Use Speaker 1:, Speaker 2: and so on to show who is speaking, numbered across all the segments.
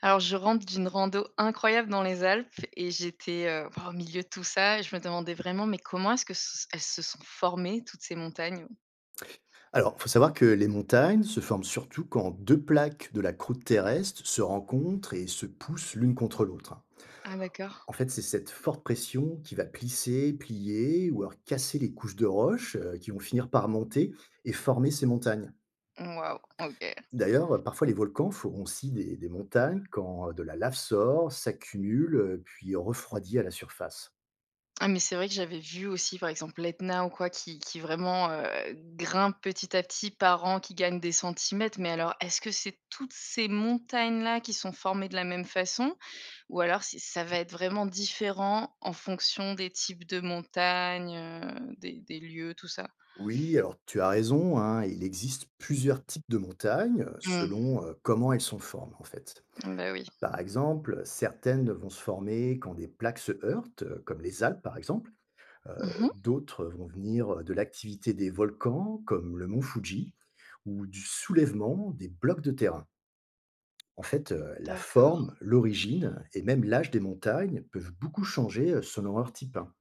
Speaker 1: Alors, je rentre d'une rando incroyable dans les Alpes et j'étais, au milieu de tout ça et je me demandais vraiment: «Mais comment est-ce que ce elles se sont formées toutes ces montagnes?»
Speaker 2: Alors, il faut savoir que les montagnes se forment surtout quand deux plaques de la croûte terrestre se rencontrent et se poussent l'une contre l'autre.
Speaker 1: Ah d'accord.
Speaker 2: En fait, c'est cette forte pression qui va plisser, plier ou alors casser les couches de roches qui vont finir par monter et former ces montagnes.
Speaker 1: Waouh, OK.
Speaker 2: D'ailleurs, parfois les volcans feront aussi des montagnes quand de la lave sort, s'accumule, puis refroidit à la surface.
Speaker 1: Ah mais c'est vrai que j'avais vu aussi, par exemple, l'Etna ou quoi qui vraiment, grimpe petit à petit par an, qui gagne des centimètres, mais alors est-ce que c'est toutes ces montagnes-là qui sont formées de la même façon? Ou alors c'est ça va être vraiment différent en fonction des types de montagnes, des lieux, tout ça?
Speaker 2: Oui, alors tu as raison, hein, il existe plusieurs types de montagnes selon comment elles sont formées en fait.
Speaker 1: Bah, oui.
Speaker 2: Par exemple, certaines vont se former quand des plaques se heurtent, comme les Alpes par exemple.
Speaker 1: Mmh.
Speaker 2: D'autres vont venir de l'activité des volcans, comme le mont Fuji, ou du soulèvement des blocs de terrain. En fait, la
Speaker 1: D'accord.
Speaker 2: forme, l'origine et même l'âge des montagnes peuvent beaucoup changer selon leur type, hein.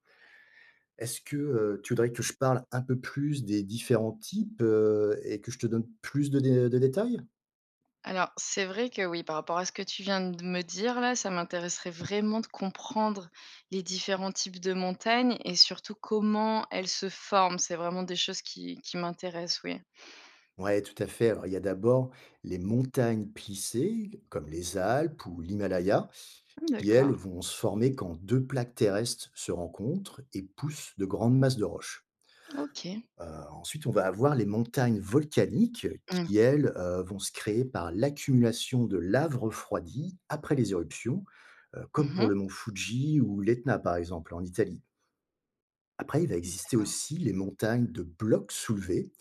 Speaker 2: Est-ce que tu voudrais que je parle un peu plus des différents types et que je te donne plus de de détails?
Speaker 1: Alors, c'est vrai que oui, par rapport à ce que tu viens de me dire là, ça m'intéresserait vraiment de comprendre les différents types de montagnes et surtout comment elles se forment. C'est vraiment des choses qui m'intéressent, oui.
Speaker 2: Ouais, tout à fait. Alors, il y a d'abord les montagnes plissées, comme les Alpes ou l'Himalaya,
Speaker 1: Ah,
Speaker 2: qui, elles,
Speaker 1: d'accord,
Speaker 2: vont se former quand deux plaques terrestres se rencontrent et poussent de grandes masses de roches.
Speaker 1: OK.
Speaker 2: Ensuite, on va avoir les montagnes volcaniques,
Speaker 1: Mmh.
Speaker 2: qui, elles, vont se créer par l'accumulation de lave refroidie après les éruptions, comme pour
Speaker 1: Mmh.
Speaker 2: le mont Fuji ou l'Etna, par exemple, en Italie. Après, il va exister
Speaker 1: D'accord.
Speaker 2: aussi les montagnes de blocs soulevés.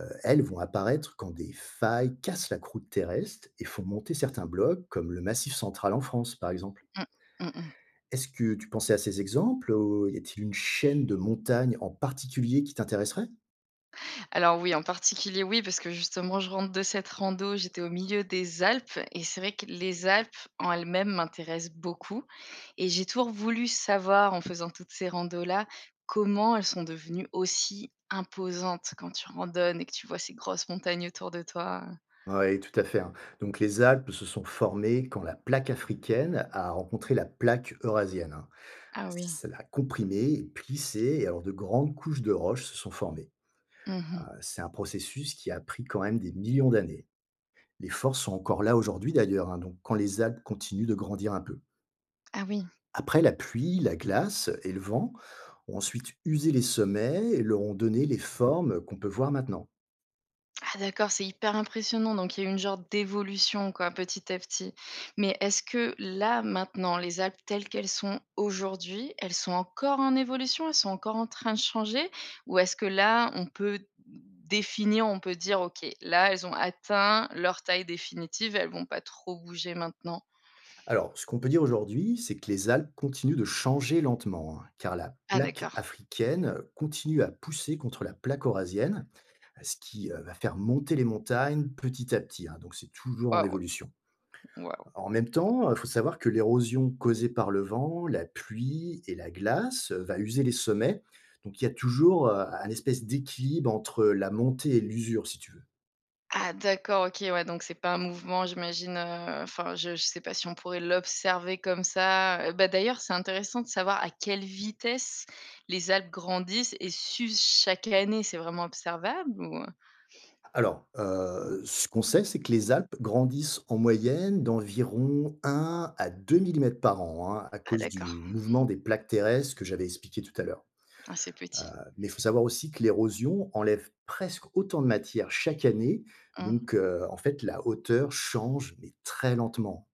Speaker 2: Elles vont apparaître quand des failles cassent la croûte terrestre et font monter certains blocs, comme le Massif central en France, par exemple.
Speaker 1: Mmh. Mmh mh.
Speaker 2: Est-ce que tu pensais à ces exemples? Ou y a-t-il une chaîne de montagnes en particulier qui t'intéresserait?
Speaker 1: Alors oui, en particulier oui, parce que justement je rentre de cette rando, j'étais au milieu des Alpes et c'est vrai que les Alpes en elles-mêmes m'intéressent beaucoup et j'ai toujours voulu savoir en faisant toutes ces randos-là, comment elles sont devenues aussi imposantes quand tu randonnes et que tu vois ces grosses montagnes autour de toi.
Speaker 2: Oui, tout à fait, hein. Donc les Alpes se sont formées quand la plaque africaine a rencontré la plaque eurasienne, hein.
Speaker 1: Ah oui.
Speaker 2: Ça l'a comprimée et plissée et alors de grandes couches de roches se sont formées.
Speaker 1: Mmh.
Speaker 2: C'est un processus qui a pris quand même des millions d'années. Les forces sont encore là aujourd'hui d'ailleurs, hein, donc quand les Alpes continuent de grandir un peu.
Speaker 1: Ah oui.
Speaker 2: Après, la pluie, la glace et le vent ont ensuite usé les sommets et leur ont donné les formes qu'on peut voir maintenant.
Speaker 1: Ah d'accord, c'est hyper impressionnant, donc il y a eu une genre d'évolution quoi, petit à petit. Mais est-ce que là, maintenant, les Alpes telles qu'elles sont aujourd'hui, elles sont encore en évolution? Elles sont encore en train de changer? Ou est-ce que là, on peut définir, on peut dire: «OK, là, elles ont atteint leur taille définitive, elles vont pas trop bouger maintenant»?
Speaker 2: Alors, ce qu'on peut dire aujourd'hui, c'est que les Alpes continuent de changer lentement, hein, car la
Speaker 1: Ah
Speaker 2: plaque
Speaker 1: d'accord.
Speaker 2: africaine continue à pousser contre la plaque eurasienne, ce qui va faire monter les montagnes petit à petit, hein, donc, c'est toujours en
Speaker 1: Waouh!
Speaker 2: évolution.
Speaker 1: Waouh!
Speaker 2: En même temps, il faut savoir que l'érosion causée par le vent, la pluie et la glace, va user les sommets. Donc il y a toujours, un espèce d'équilibre entre la montée et l'usure, si tu veux.
Speaker 1: Ah d'accord, OK, ouais, donc c'est pas un mouvement, j'imagine, enfin, je sais pas si on pourrait l'observer comme ça, bah, d'ailleurs, c'est intéressant de savoir à quelle vitesse les Alpes grandissent et s'usent chaque année. C'est vraiment observable ou...
Speaker 2: Alors, ce qu'on sait, c'est que les Alpes grandissent en moyenne d'environ 1 à 2 millimètres par an, hein, à
Speaker 1: Ah
Speaker 2: cause
Speaker 1: d'accord,
Speaker 2: du mouvement des plaques terrestres que j'avais expliqué tout à l'heure.
Speaker 1: ah, c'est petit.
Speaker 2: Mais il faut savoir aussi que l'érosion enlève presque autant de matière chaque année.
Speaker 1: Mmh.
Speaker 2: Donc, en fait, la hauteur change, mais très lentement.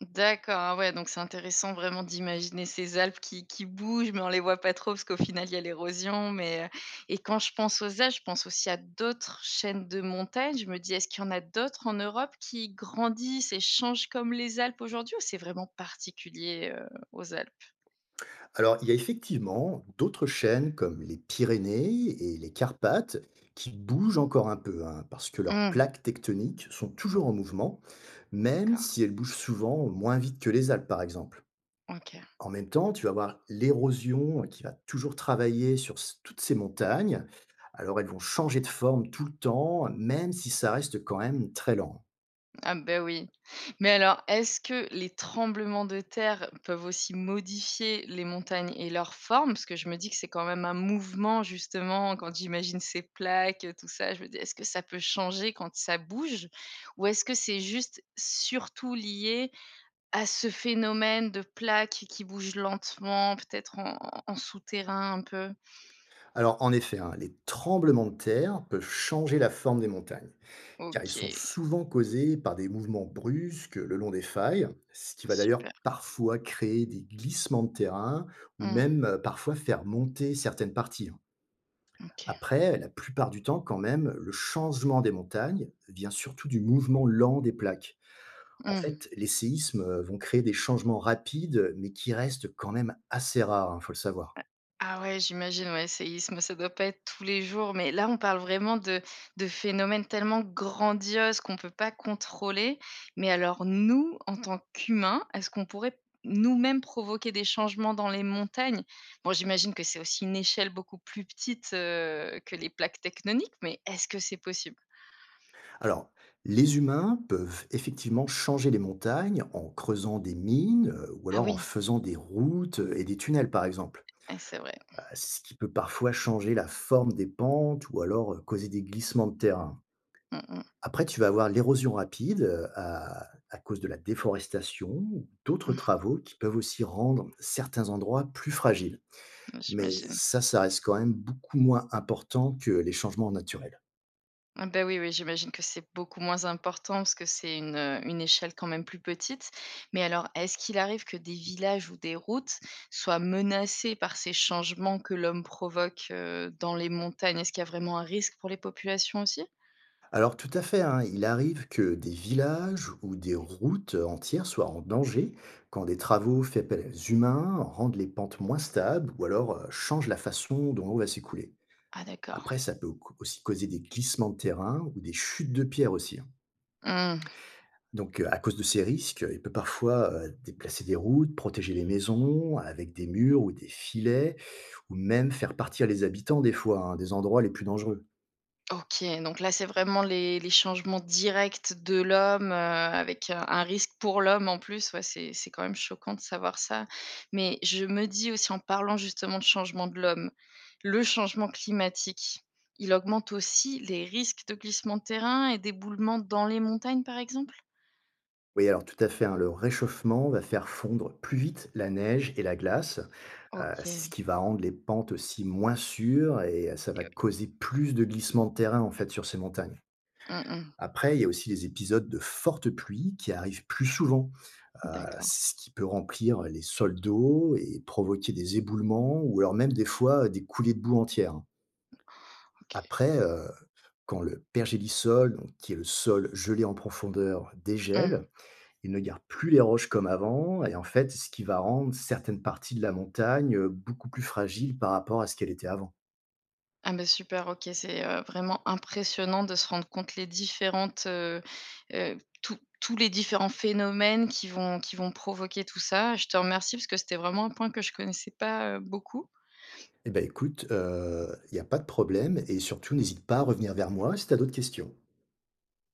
Speaker 1: D'accord, ah ouais, donc c'est intéressant vraiment d'imaginer ces Alpes qui bougent, mais on les voit pas trop parce qu'au final, il y a l'érosion, mais et quand je pense aux Alpes, je pense aussi à d'autres chaînes de montagnes. Je me dis: «Est-ce qu'il y en a d'autres en Europe qui grandissent et changent comme les Alpes aujourd'hui ou c'est vraiment particulier, aux Alpes?»
Speaker 2: Alors, il y a effectivement d'autres chaînes comme les Pyrénées et les Carpates qui bougent encore un peu, hein, parce que leurs
Speaker 1: Mmh,
Speaker 2: plaques tectoniques sont toujours en mouvement, même
Speaker 1: d'accord,
Speaker 2: si elles bougent souvent moins vite que les Alpes, par exemple.
Speaker 1: OK.
Speaker 2: En même temps, tu vas voir l'érosion qui va toujours travailler sur toutes ces montagnes. Alors, elles vont changer de forme tout le temps, même si ça reste quand même très lent.
Speaker 1: Ah ben oui. Mais alors, est-ce que les tremblements de terre peuvent aussi modifier les montagnes et leur forme? Parce que je me dis que c'est quand même un mouvement, justement, quand j'imagine ces plaques, tout ça, je me dis, est-ce que ça peut changer quand ça bouge? Ou est-ce que c'est juste surtout lié à ce phénomène de plaques qui bougent lentement, peut-être en, en souterrain un peu?
Speaker 2: Alors, en effet, hein, les tremblements de terre peuvent changer la forme des montagnes. Car ils
Speaker 1: Ok,
Speaker 2: sont souvent causés par des mouvements brusques le long des failles, ce qui va d'ailleurs
Speaker 1: super.
Speaker 2: parfois créer des glissements de terrain ou
Speaker 1: Mmh,
Speaker 2: même parfois faire monter certaines parties, hein.
Speaker 1: ok.
Speaker 2: Après, la plupart du temps quand même, le changement des montagnes vient surtout du mouvement lent des plaques. En
Speaker 1: Mmh.
Speaker 2: fait, les séismes vont créer des changements rapides, mais qui restent quand même assez rares, il faut le savoir.
Speaker 1: Ah ouais, j'imagine, ouais, séisme, ça doit pas être tous les jours, mais là, on parle vraiment de phénomènes tellement grandioses qu'on peut pas contrôler. Mais alors nous, en tant qu'humains, est-ce qu'on pourrait nous-mêmes provoquer des changements dans les montagnes? Bon, j'imagine que c'est aussi une échelle beaucoup plus petite, que les plaques tectoniques, mais est-ce que c'est possible?
Speaker 2: Alors, les humains peuvent effectivement changer les montagnes en creusant des mines ou
Speaker 1: Ah
Speaker 2: alors en
Speaker 1: oui,
Speaker 2: faisant des routes et des tunnels, par exemple.
Speaker 1: ouais, c'est vrai.
Speaker 2: Ce qui peut parfois changer la forme des pentes ou alors causer des glissements de terrain.
Speaker 1: Mmh mh.
Speaker 2: Après, tu vas avoir l'érosion rapide à cause de la déforestation ou d'autres travaux qui peuvent aussi rendre certains endroits plus fragiles.
Speaker 1: Mmh,
Speaker 2: Mais
Speaker 1: j'imagine.
Speaker 2: ça reste quand même beaucoup moins important que les changements naturels.
Speaker 1: Ah bah, oui, oui, j'imagine que c'est beaucoup moins important parce que c'est une échelle quand même plus petite. Mais alors, est-ce qu'il arrive que des villages ou des routes soient menacés par ces changements que l'homme provoque, dans les montagnes? Est-ce qu'il y a vraiment un risque pour les populations aussi?
Speaker 2: Alors tout à fait, hein, il arrive que des villages ou des routes entières soient en danger quand des travaux faits par les humains rendent les pentes moins stables ou alors changent la façon dont l'eau va s'écouler.
Speaker 1: Ah
Speaker 2: Après,
Speaker 1: d'accord.
Speaker 2: ça peut aussi causer des glissements de terrain ou des chutes de pierres aussi, hein.
Speaker 1: Mmh.
Speaker 2: Donc à cause de ces risques, il peut parfois déplacer des routes, protéger les maisons avec des murs ou des filets, ou même faire partir les habitants des fois, hein, des endroits les plus dangereux.
Speaker 1: OK, donc là, c'est vraiment les changements directs de l'homme, avec un risque pour l'homme en plus. Ouais, c'est quand même choquant de savoir ça. Mais je me dis aussi en parlant justement de changement de l'homme, le changement climatique, il augmente aussi les risques de glissement de terrain et d'éboulement dans les montagnes, par exemple?
Speaker 2: Oui, alors tout à fait, hein, le réchauffement va faire fondre plus vite la neige et la glace,
Speaker 1: OK
Speaker 2: c'est ce
Speaker 1: et
Speaker 2: qui va rendre les pentes aussi moins sûres et ça va
Speaker 1: oui.
Speaker 2: causer plus de glissements de terrain en fait sur ces montagnes.
Speaker 1: Mmh mh.
Speaker 2: Après, il y a aussi les épisodes de fortes pluies qui arrivent plus souvent,
Speaker 1: D'accord,
Speaker 2: ce qui peut remplir les sols d'eau et provoquer des éboulements ou alors même des fois des coulées de boue entières, hein.
Speaker 1: OK.
Speaker 2: Après, quand le pergélisol, donc, qui est le sol gelé en profondeur,
Speaker 1: Mmh.
Speaker 2: dégèle, ils ne gardent plus les roches comme avant et en fait, ce qui va rendre certaines parties de la montagne, beaucoup plus fragiles par rapport à ce qu'elle était avant.
Speaker 1: Ah bah, super, OK, c'est, vraiment impressionnant de se rendre compte les différentes, tous les différents phénomènes qui vont provoquer tout ça. Je te remercie parce que c'était vraiment un point que je connaissais pas, beaucoup.
Speaker 2: Eh ben, écoute, il n'y a pas de problème et surtout n'hésite pas à revenir vers moi si tu as d'autres questions.